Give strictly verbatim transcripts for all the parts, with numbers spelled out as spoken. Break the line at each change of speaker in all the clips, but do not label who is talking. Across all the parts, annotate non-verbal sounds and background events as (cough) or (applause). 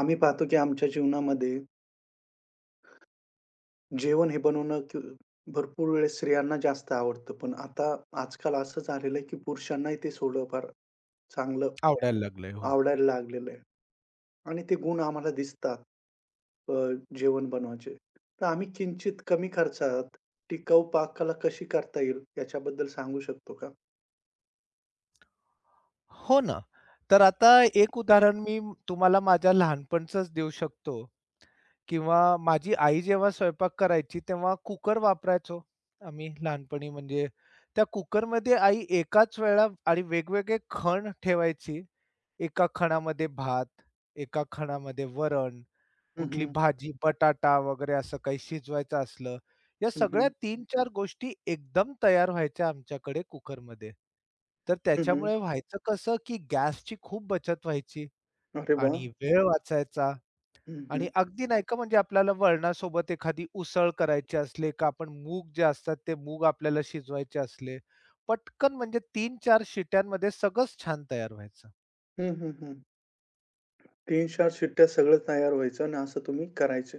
आम्ही पाहतो की आमच्या जीवनामध्ये जेवण हे बनवणं कि भरपूर वेळेस स्त्रियांना जास्त आवडतं. पण आता आजकाल असं झालेलं आहे की पुरुषांनाही ते थोडंफार चांगलं
आवडायला लागलंय. हो.
आवडायला लागलेलं आहे आणि ते गुण आम्हाला दिसतात अ, जेवण बनवायचे. तर आम्ही किंचित कमी खर्चात टिकाऊ पाककला कशी करता येईल याच्याबद्दल सांगू शकतो का?
हो ना. तर आता एक उदाहरण मी तुम्हाला माझ्या लहानपणचंच देऊ शकतो किंवा माझी आई जेव्हा स्वयंपाक करायची तेव्हा कुकर वापरायचो आम्ही लहानपणी. म्हणजे त्या कुकरमध्ये आई एकाच वेळा आणि वेगवेगळे खण ठेवायची. एका खणामध्ये भात, एका खणामध्ये वरण,
हं,
कुठली
हं.
भाजी, बटाटा वगैरे असं काही शिजवायचं असलं, या
हं,
सगळ्या तीन-चार गोष्टी एकदम तयार व्हायच्या आमच्याकडे कुकरमध्ये. तर त्याच्यामुळे व्हायचं कसं, की गॅसची खूप बचत व्हायची
अरे वाह!
आणि वेळ वाचायचा
हं,
आणि
हं.
अगदी नाही का म्हणजे आपल्याला वळणासोबत एखादी उसळ करायची असली का आपण मूग जे असतात ते मूग आपल्याला शिजवायचे असले, पटकन म्हणजे तीन चार शिट्यांमध्ये सगळंच छान तयार व्हायचं.
हं, हं, हं. तीन चार शिट्ट्या सगळं तयार व्हायचं आणि असं तुम्ही करायचे.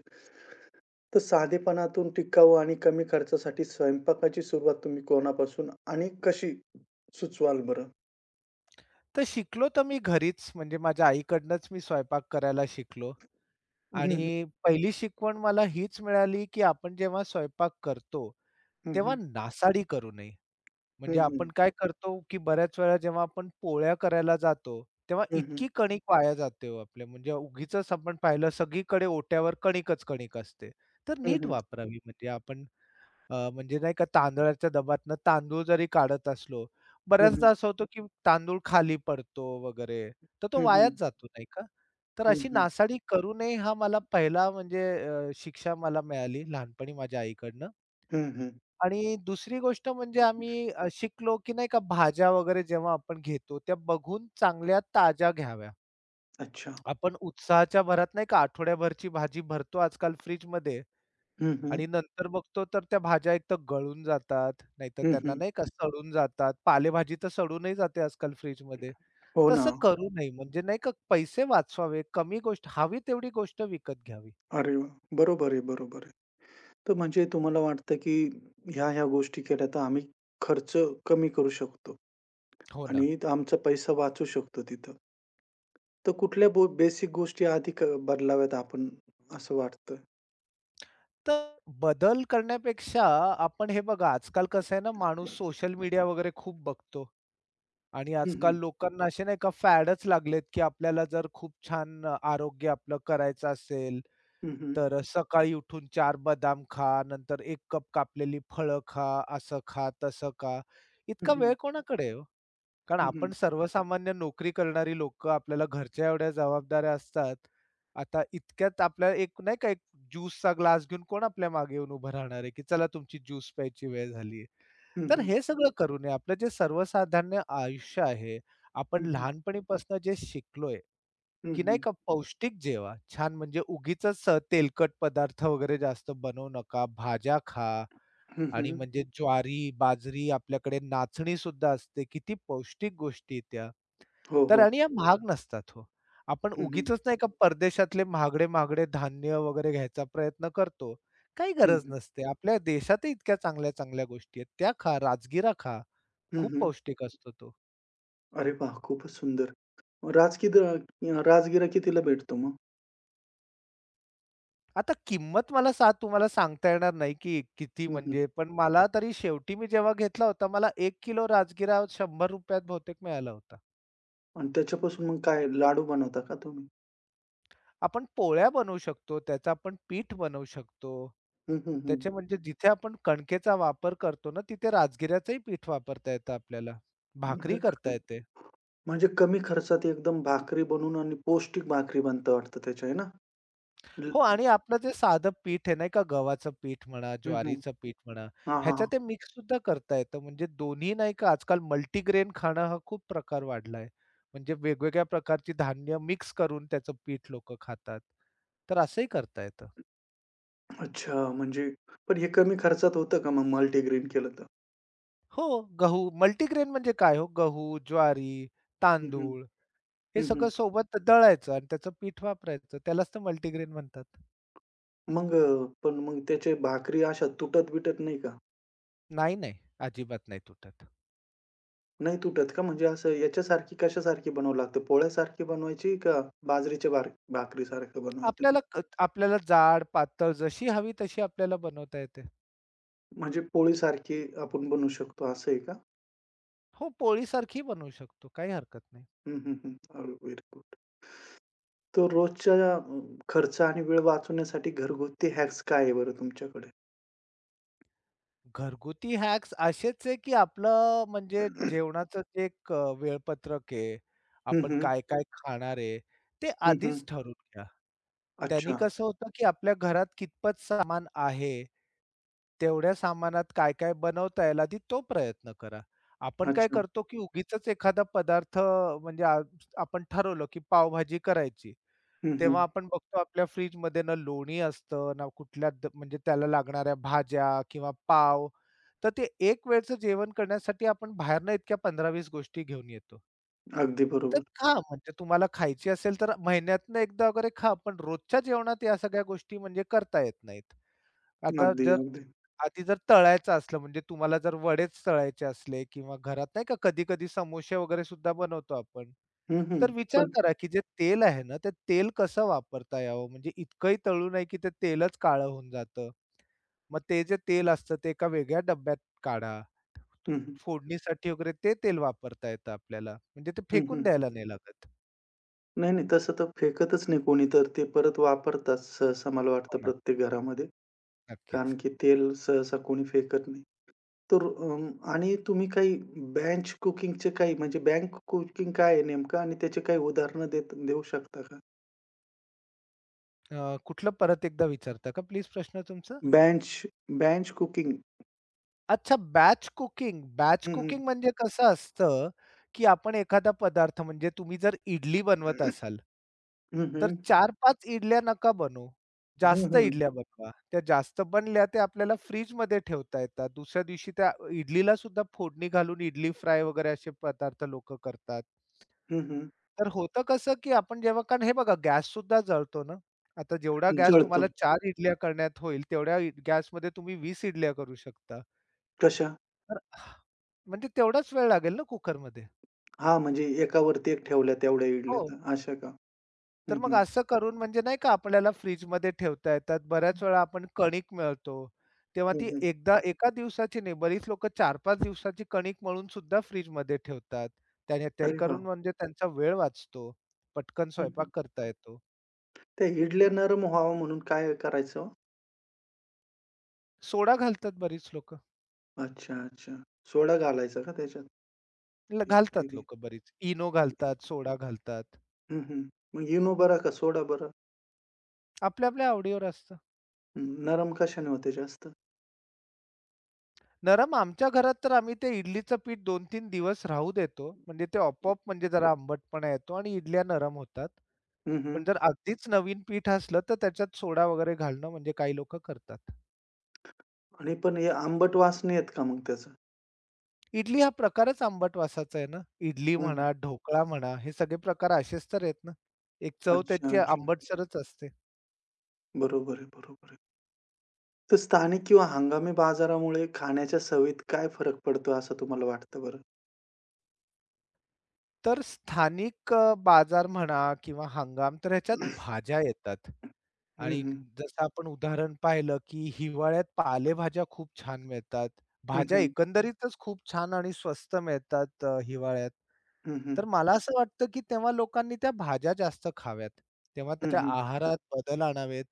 तर साधेपणातून टिकाऊ आणि कमी खर्चासाठी स्वयंपाकाची सुरुवात तुम्ही कोणापासून आणि कशी सुचवाल बरं?
तर शिकलो तर मी घरीच म्हणजे माझ्या आईकडनंच मी स्वयंपाक करायला शिकलो.
हं, हं.
आणि पहिली शिकवण मला हीच मिळाली, की आपण जेव्हा स्वयंपाक करतो,
हं,
तेव्हा
हं.
नासाडी करू नये.
हं,
म्हणजे
हं.
आपण काय करतो, की बऱ्याच वेळा जेव्हा आपण पोळ्या करायला जातो, तेव्हा
हं,
इतकी कणिक वाया जाते हो आपल्या. म्हणजे उगीचच आपण पाहिलं सगळीकडे ओट्यावर कणिकच कणिक असते. तर नीट
हं.
वापरावी म्हणजे आपण अ, म्हणजे नाही का तांदळाच्या दबातनं तांदूळ जरी काढत असलो,
हं,
बऱ्याचदा
हं.
असं होतं, की तांदूळ खाली पडतो वगैरे, तर तो
हं, हं.
वायाच जातो नाही का? तर
हं,
अशी
हं.
नासाडी करू नये हा मला पहिला म्हणजे अ, शिक्षा मला मिळाली लहानपणी माझ्या आईकडनं.
हं, हं. हं.
आणि दुसरी गोष्ट म्हणजे आम्ही अ, शिकलो की नाही का भाज्या वगैरे जेव्हा आपण घेतो त्या बघून चांगल्या ताज्या घ्याव्या.
अच्छा.
आपण उत्साहाच्या भरात नाही का आठवड्याभरची भाजी भरतो आजकाल फ्रिजमध्ये
हं,
आणि
हं.
नंतर बघतो तर त्या भाज्या एकतर गळून जातात, नाहीतर
हं,
त्यांना
हं.
नाही का सडून जातात. पालेभाजी तर सडूनही जाते आजकाल फ्रिजमध्ये.
हो ना.
तसं करू नये म्हणजे नाही का पैसे वाचवावे, कमी गोष्ट हवी तेवढी गोष्ट विकत घ्यावी.
अरे वा, बरोबर आहे, बरोबर आहे. तर म्हणजे तुम्हाला वाटतं, की ह्या-ह्या गोष्टी केल्या तर आम्ही खर्च कमी करू शकतो.
हो ना.
आणि आमचा पैसा वाचू शकतो तिथं. तर कुठल्या बो बेसिक गोष्टी आधी क बदलाव्यात आपण असं वाटतं?
तर बदल करण्यापेक्षा आपण हे बघा, आजकाल कसं आहे ना, माणूस सोशल मीडिया वगैरे खूप बघतो आणि
हं,
आजकाल
हं.
लोकांना असे नाही का फॅडच लागलेत, की आपल्याला जर खूप छान अ, आरोग्य आपलं करायचं असेल,
हं, हं.
तर सकाळी उठून चार बदाम खा, नंतर एक कप कापलेली फळं खा, असं खा, तसं खा.
हं,
इतका
हं.
वेळ कोणाकडे आहे हो? कारण
हं, हं.
आपण सर्वसामान्य नोकरी करणारी लोक, आपल्याला घरच्या एवढ्या जबाबदाऱ्या असतात. आता इतक्यात आपल्या एक नाही का एक ज्यूसचा ग्लास घेऊन कोण आपल्या मागे येऊन उभं राहणार आहे, की चला तुमची ज्यूस प्यायची वेळ झाली तर हे सगळं करू नये. आपलं जे सर्वसाधारण आयुष्य आहे, आपण लहानपणीपासून जे शिकलोय, की नाही का पौष्टिक जेवा. छान म्हणजे उगीचच तेलकट पदार्थ वगैरे जास्त बनवू नका. भाज्या खा आणि म्हणजे ज्वारी, बाजरी आपल्याकडे नाचणीसुद्धा असते. किती पौष्टिक गोष्टी त्या.
हो,
तर
हो.
आणि या महाग नसतात हो. आपण
हं, हं.
उगीचच नाही का परदेशातले महागडे-महागडे धान्य वगैरे घ्यायचा प्रयत्न करतो. काही
हं,
गरज नसते. आपल्या देशातही इतक्या चांगल्या-चांगल्या गोष्टी आहेत. त्या खा, राजगिरा खा. खूप पौष्टिक असतो तो.
अरे वाह! खूपच सुंदर. राजकीद अ, राजगिरा कितीला भेटतो मग?
आता किंमत मला सा तुम्हाला सांगता येणार नाही, की किती
हं, हं.
म्हणजे पण मला तरी शेवटी मी जेव्हा घेतला होता, मला एक किलो राजगिरा ₹शंभर रुपये बहुतेक मिळाला होता.
आणि त्याच्यापासून मग काय लाडू बनवता का तुम्ही?
आपण पोळ्या बनवू शकतो, त्याचं आपण पीठ बनवू शकतो.
हं, हं, हं.
त्याचे म्हणजे जिथे आपण कणकेचा वापर करतो ना, तिथे राजगिऱ्याचंही पीठ वापरता येतं आपल्याला.
म्हणजे
भाकरी
क
करता येते.
म्हणजे कमी खर्चात एकदम भाकरी बनवून आणि पौष्टिक भाकरी बनतं वाटतं त्याच्या आहे ना?
हो आणि आपलं जे साधं पीठ आहे नाही का, गव्हाचं पीठ म्हणा,
हं, हं.
ज्वारीचं पीठ म्हणा,
हां, हां.
ह्याच्या ते मिक्स सुद्धा करता येतं. म्हणजे दोन्ही नाही का आजकाल मल्टीग्रेन खाणं हा खूप प्रकार वाढलाय. म्हणजे वेगवेगळ्या प्रकारची धान्य मिक्स करून त्याचं पीठ लोकं खातात. तर असंही करता येतं.
अच्छा म्हणजे पण हे कमी खर्चात होतं का मग मल्टीग्रेन केलं तर?
हो, गहू. मल्टीग्रेन म्हणजे काय हो? गहू, ज्वारी,
हं, हं.
तांदूळ हे
हं, हं.
सगळं सोबत दळायचं आणि त्याचं पीठ वापरायचं. त्यालाच तर मल्टीग्रेन म्हणतात.
मग अ, पण मग त्याचे भाकरी अशा तुटत-बिटत नाही का?
नाही, नाही. अजिबात नाही तुटत.
नाही तुटत का? म्हणजे असं याच्यासारखी कशासारखी बनावं लागतं? पोळ्यासारखी बनवायची का बाजरीच्या भार भाकरीसारखं बनवायचं?
आपल्याला क आपल्याला जाड, पातळ जशी हवी तशी आपल्याला बनवता येते.
म्हणजे पोळीसारखी आपण बनवू शकतो असं आहे का?
हो, पोळीसारखी बनवू शकतो. काही हरकत नाही.
हं, हं, हं. अरे व्हेरी गुड. तर रोजच्या अ, खर्च आणि वेळ वाचवण्यासाठी घरगुती हॅक्स काय आहे बरं तुमच्याकडे?
घरगुती हॅक्स असेच आहे, की आपलं म्हणजे जेवणाचं जे एक अ, वेळपत्रक आहे,
हं,
आपण
हं.
काय-काय खाणार आहे, ते
हं, हं.
आधीच ठरवून घ्या. त्यांनी
अच्छा.
कसं होतं, की आपल्या घरात कितपत सामान आहे, तेवढ्या सामानात काय-काय बनवता येईल आधी तो प्रयत्न करा. आपण काय
अच्छा.
करतो, की उगीचच एखादा पदार्थ म्हणजे आ आपण ठरवलं, की पावभाजी करायची.
हं,
तेव्हा
हं.
आपण बघतो आपल्या फ्रिजमध्ये ना लोणी असतं, ना कुठल्या द म्हणजे त्याला लागणाऱ्या भाज्या किंवा पाव तर ते एक वेळचं जेवण करण्यासाठी आपण बाहेरनं इतक्या पंधरा वीस गोष्टी घेऊन येतो.
अगदी
तर
बरोबर.
खा म्हणजे तुम्हाला खायची असेल तर महिन्यातनं एकदा वगैरे खा, पण रोजच्या जेवणात या सगळ्या गोष्टी म्हणजे करता येत नाहीत. आता
अगदी,
जर
अगदी.
आधी जर तळायचं असलं म्हणजे तुम्हाला जर वडेच तळायचे असले किंवा घरात नाही का कधी-कधी समोसे वगैरे सुद्धा बनवतो आपण.
हं, हं.
तर विचार
पण
करा की जे तेल आहे ना, ते तेल कसं वापरता यावं म्हणजे इतकंही तळू नये की ते तेलच काळं होऊन जातं. मग ते जे तेल असतं ते एका वेगळ्या डब्यात काढा.
हं, हं.
फोडणीसाठी वगैरे ते तेल वापरता येतं आपल्याला. म्हणजे ते
हं,
फेकून
हं.
द्यायला नाही लागत.
नाही, नाही. तसं तर फेकतच नाही कोणी, तर ते परत वापरतात सहसा मला वाटतं
हो ना,
प्रत्येक घरामध्ये.
नक्कीच.
कारण की तेल सहसा कोणी फेकत नाही. तर अं, आणि तुम्ही काही बेंच कुकिंगचे काही म्हणजे बँक कुकिंग काय आहे नेमकं आणि त्याचे काही उदाहरणं देत देऊ शकता का?
अ, कुठलं परत एकदा विचारता का प्लीज प्रश्न तुमचा?
Bench bench cooking.
अच्छा बॅच कुकिंग. बॅच
हं, हं.
कुकिंग म्हणजे कसं असतं, की आपण एखादा पदार्थ म्हणजे तुम्ही जर इडली बनवत असाल,
हं,
तर
हं.
चार पाच इडल्या नका बनवू.
हं,
जास्त
हं.
इडल्या बनवा. त्या जास्त बनल्या त्या आपल्याला फ्रिजमध्ये ठेवता येतात. दुसऱ्या दिवशी त्या इडलीला सुद्धा फोडणी घालून इडली फ्राय वगैरे असे पदार्थ लोकं करतात.
हं, हं.
तर होतं कसं, की आपण जेव्हा कारण हे बघा गॅस सुद्धा जळतो ना. आता जेवढा गॅस
जळतो.
तुम्हाला चार इडल्या करण्यात होईल, तेवढ्या इ गॅसमध्ये तुम्ही वीस इडल्या करू शकता.
कशा?
तर म्हणजे तेवढाच वेळ लागेल ना कुकरमध्ये.
हां, म्हणजे एकावरती एक ठेवल्या तेवढ्या इडल्या
हो.
तर अशा का? हं,
तर मग
हं.
असं करून म्हणजे नाही का आपल्याला फ्रिजमध्ये ठेवता येतात. बऱ्याच वेळा आपण कणिक मळतो, तेव्हा
हं,
ती
हं.
एकदा एका दिवसाची नाही, बरीच लोकं चार पाच दिवसाची कणिक मळून सुद्धा फ्रिजमध्ये ठेवतात. त्याने ते
अरे वाह!
करून म्हणजे त्यांचा वेळ वाचतो. पटकन
हं,
स्वयंपाक
हं.
करता येतो.
त्या इडल्या नरम व्हावं म्हणून काय करायचं हो?
सोडा घालतात बरीच लोकं.
अच्छा, अच्छा. सोडा घालायचा का त्याच्यात?
ल
ठीक आहे,
घालतात
ठीक आहे,
लोकं बरीच. इनो
ठीक
घालतात,
आहे.
सोडा घालतात.
हं, हं. मग इनो बरा का सोडा बरा?
आपल्या-आपल्या आवडीवर असतं.
नरम कशाने होते जास्त?
नरम आमच्या घरात तर आम्ही ते इडलीचं पीठ दोन तीन दिवस राहू देतो. म्हणजे ते आपोआप म्हणजे जरा आंबटपणा येतो आणि इडल्या नरम होतात.
हं,
पण
हं.
जर अगदीच नवीन पीठ असलं, तर त्याच्यात सोडा वगैरे घालणं म्हणजे काही लोकं करतात.
आणि पण हे आंबट वास नाही येत का मग त्याचा?
इडली हा प्रकारच आंबट वासाचा आहे ना. इडली
हं, हं.
म्हणा, ढोकळा म्हणा, हे सगळे प्रकार असेच तर आहेत ना. एक चव
अच्छा,
त्याची
अच्छा.
आंबटसरच असते.
बरोबर आहे, बरोबर आहे. तर स्थानिक किंवा हंगामी बाजारामुळे खाण्याच्या सवयीत काय फरक पडतो असं तुम्हाला वाटतं बरं?
तर स्थानिक अ, बाजार म्हणा किंवा हंगाम तर ह्याच्यात भाज्या येतात
हं,
आणि
हं.
जसं आपण उदाहरण पाहिलं, की हिवाळ्यात पालेभाज्या खूप छान मिळतात. भाज्या
Uhum,
एकंदरीतच खूप छान आणि स्वस्त मिळतात अ, हिवाळ्यात.
uhum,
तर मला असं वाटतं, की तेव्हा लोकांनी त्या भाज्या जास्त खाव्यात. तेव्हा त्याच्या
uhum,
आहारात बदल आणावेत.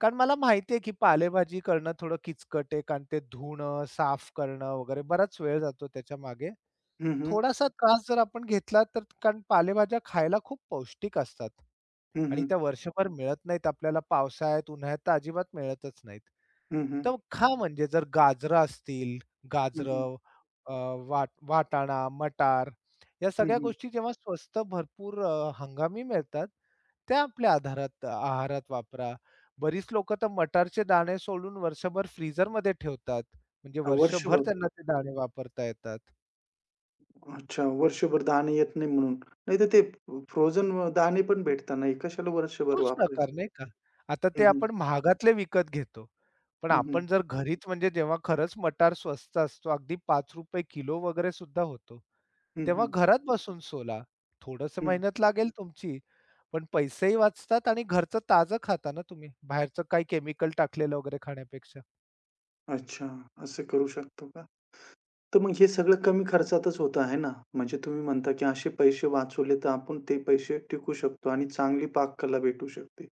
कारण मला माहिती आहे, की पालेभाजी करणं थोडं किचकट आहे. कारण ते धुणं, साफ करणं वगैरे बराच वेळ जातो त्याच्यामागे.
uhum,
थोडासा त्रास जर आपण घेतला तर कारण पालेभाज्या खायला खूप पौष्टिक असतात आणि
uhं,
त्या वर्षभर मिळत नाहीत आपल्याला पावसाळ्यात, उन्हाळ्यात तर अजिबात मिळतच नाहीत. तर खा म्हणजे जर गाजरं असतील,
uhं, uhं,
गाजरं, अ, वाट वाटाणा, मटार या सगळ्या
uhं.
गोष्टी जेव्हा स्वस्त भरपूर अ, हंगामी मिळतात, त्या आपल्या आधारात आहारात वापरा. बरीच लोकं तर मटारचे दाणे सोडून वर्षभर फ्रीझरमध्ये ठेवतात. म्हणजे वर्षभर
वर्षभर.
त्यांना ते दाणे वापरता येतात.
अच्छा, वर्षभर दाणे येत नाही म्हणून. नाहीतर ते फ्रोझन दाणे पण भेटतात नाही. कशाला वर्षभर
तोच प्रकार
वापरायचे?
नाही का? आता
हं,
ते
हं,
आपण महागातले विकत घेतो. पण
हं,
आपण जर घरीच म्हणजे जेव्हा खरंच मटार स्वस्त असतो, अगदी ₹पाच रुपये किलो वगैरे सुद्धा होतो.
हं,
तेव्हा
हं,
घरात बसून सोला. थोडंसं
हं.
मेहनत लागेल तुमची, पण पैसेही वाचतात आणि घरचं ताजं खाता ना तुम्ही, बाहेरचं काही केमिकल टाकलेलं वगैरे खाण्यापेक्षा.
अच्छा, असं करू शकतो का? तर मग हे सगळं कमी खर्चातच होतं आहे ना? म्हणजे तुम्ही म्हणता की असे पैसे वाचवले तर आपण ते पैसे टिकू शकतो आणि चांगली पाककला भेटू शकते.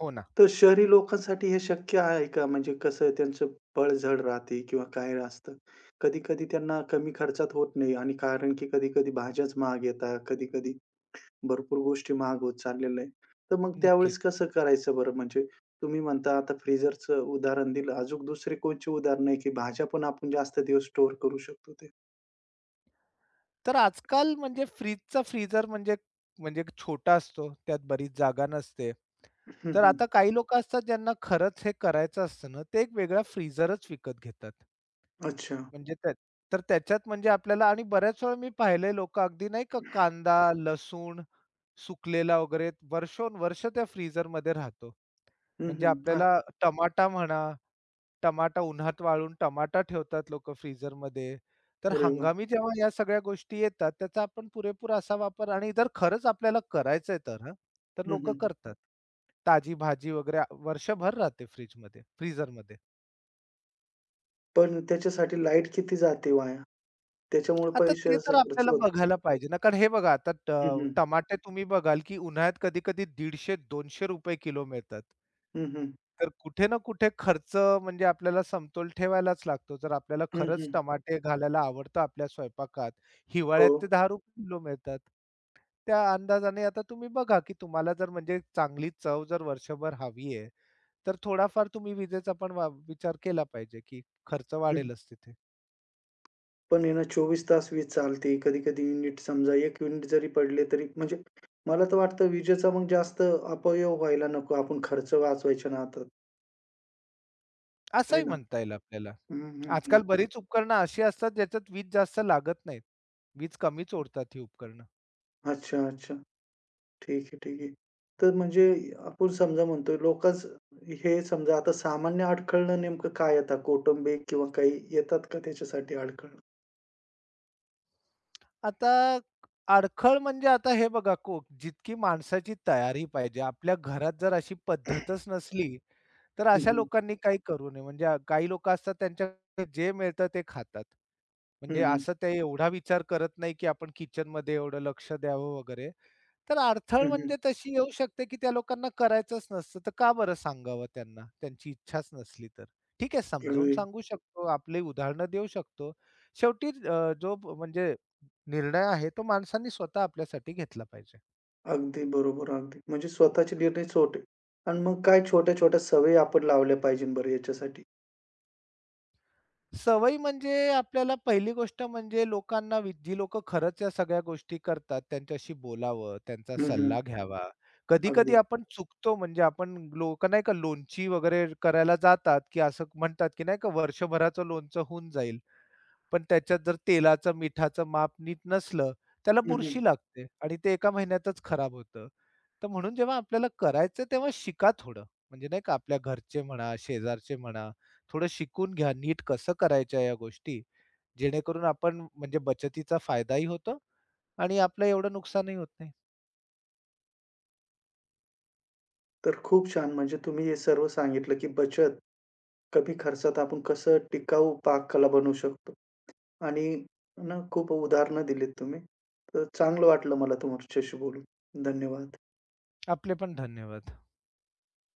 हो ना.
तर शहरी लोकांसाठी हे शक्य आहे का? म्हणजे कसं त्यांचं पळझड राहते किंवा काय असतं? कधी-कधी त्यांना कमी खर्चात होत नाही आणि कारण की कधी-कधी भाज्याच महाग येतात, कधी-कधी भरपूर गोष्टी महाग होत चाललेल्या आहे. तर मग त्यावेळेस
नक्कीच.
कसं करायचं बरं? म्हणजे तुम्ही म्हणता आता फ्रीझरचं उदाहरण दिलं. अजून दुसरी कोणची उदाहरणं आहे की भाज्या पण आपण जास्त दिवस स्टोअर करू शकतो ते?
तर आजकाल म्हणजे फ्रिजचा फ्रीझर म्हणजे म्हणजे छोटा असतो, त्यात बरीच जागा नसते.
हं,
तर
हं.
आता काही लोकं असतात ज्यांना खरंच हे करायचं असतं ना, ते एक वेगळा फ्रीझरच विकत घेतात.
अच्छा.
म्हणजे त्या तर त्याच्यात म्हणजे आपल्याला आणि बऱ्याच वेळा मी पाहिलंय लोकं अगदी नाही का कांदा, लसूण सुकलेला वगैरे वर्षोनवर्ष त्या फ्रीझरमध्ये राहतो.
हं,
म्हणजे
हं.
हो.
आ,
आपल्याला टमाटा म्हणा, टमाटा उन्हात वाळून टमाटा ठेवतात लोकं फ्रीझरमध्ये. तर
अरे वाह!
हंगामी जेव्हा या सगळ्या गोष्टी येतात, त्याचा आपण पुरेपूर असा वापर आणि जर खरंच आपल्याला करायचं तर हां, तर
हं,
लोकं
हं.
करतात. ताजी भाजी वगैरे वर्षभर राहते फ्रिजमध्ये फ्रीझरमध्ये.
पण त्याच्यासाठी लाईट किती जाते वाया? त्याच्यामुळे
आता ते
पैशाचा
तर
खर्च
आपल्याला
होतो.
बघायला पाहिजे ना, कारण हे बघा आता ट
हं, हं.
टमाटे तुम्ही बघाल, की उन्हाळ्यात कधी-कधी ₹दीडशे दोनशे रुपये किलो मिळतात.
हं, हं.
तर कुठे ना कुठे खर्च म्हणजे आपल्याला समतोल ठेवायलाच लागतो. जर आपल्याला
हं,
खरंच
हं.
टमाटे घालायला आवडतं आपल्या स्वयंपाकात,
हो.
हिवाळ्यात ते ₹दहा रुपये किलो मिळतात. त्या अंदाजाने आता तुम्ही बघा, की तुम्हाला जर म्हणजे चांगली चव जर वर्षभर हवी आहे, तर थोडाफार तुम्ही विजेचा पण वा विचार केला पाहिजे, की खर्च
हं.
वाढेलच तिथे.
पण आहे ना चोवीस तास वीज चालते. कधी-कधी युनिट समजा एक युनिट जरी पडले तरी म्हणजे मला तर वाटतं विजेचा मग जास्त अपव्यय व्हायला नको. आपण खर्च वाचवायच्या नादात, आहे
असंही
ना?
म्हणता येईल आपल्याला.
हं, हं, हं.
आजकाल बरीच उपकरणं अशी असतात ज्याच्यात वीज जास्त लागत नाहीत. वीज कमीच ओढतात ही उपकरणं.
अच्छा, अच्छा. ठीक आहे, ठीक आहे. तर म्हणजे आपण समजा म्हणतोय लोकच हे समजा आता सामान्य अडखळणं नेमकं काय येतात? कौटुंबिक किंवा काही येतात का त्याच्यासाठी अडखळणं?
आता अडखळ म्हणजे आता हे बघा को जितकी माणसाची तयारी पाहिजे. आपल्या घरात जर अशी पद्धतच नसली, तर
हं,
अशा
हं.
लोकांनी काही करू नये. म्हणजे काही लोकं असतात त्यांच्याकडे जे मिळतं ते खातात.
हं,
म्हणजे
हं.
असं ते एवढा विचार करत नाही, की आपण किचनमध्ये एवढं लक्ष द्यावं वगैरे. तर अडथळ
हं, हं.
म्हणजे तशी येऊ शकते, की त्या लोकांना करायचंच नसतं. तर का बरं सांगावं त्यांना? त्यांची इच्छाच नसली तर. ठीक आहे समजावून
(unintelligible)
सांगू शकतो, आपली उदाहरणं देऊ शकतो. शेवटी अ, जो ब- म्हणजे निर्णय आहे तो माणसांनी स्वतः आपल्यासाठी घेतला पाहिजे.
अगदी बरोबर, अगदी. म्हणजे स्वतःचे निर्णय छोटे आणि मग काय छोट्या-छोट्या सवयी आपण लावल्या पाहिजे बरं याच्यासाठी?
सवयी म्हणजे आपल्याला पहिली गोष्ट म्हणजे लोकांना वि जी लोकं खरंच या सगळ्या गोष्टी करतात त्यांच्याशी बोलावं, त्यांचा
हं, हं.
सल्ला घ्यावा. कधी-कधी
अगदी.
आपण चुकतो म्हणजे आपण लोकं नाही का लोणची वगैरे करायला जातात, की असं म्हणतात, की नाही का वर्षभराचं लोणचं होऊन जाईल. पण त्याच्यात जर तेलाचं, मिठाचं माप नीट नसलं, त्याला
हं, हं.
बुरशी लागते आणि ते एका महिन्यातच खराब होतं. तर म्हणून जेव्हा आपल्याला करायचं तेव्हा शिका थोडं. म्हणजे नाही का आपल्या घरचे म्हणा, शेजारचे म्हणा, थोडं शिकून घ्या नीट कसं करायच्या या गोष्टी, जेणेकरून आपण म्हणजे बचतीचा फायदाही होतो आणि आपलं एवढं नुकसानही होत नाही.
तर खूप छान. म्हणजे तुम्ही हे सर्व सांगितलं, की बचत कमी खर्चात आपण कसं टिकाऊ पाककला बनवू शकतो आणि ना खूप उदाहरणं दिलीत तुम्ही. तर चांगलं वाटलं मला तुमच्याशी बोलून. धन्यवाद.
आपले पण धन्यवाद.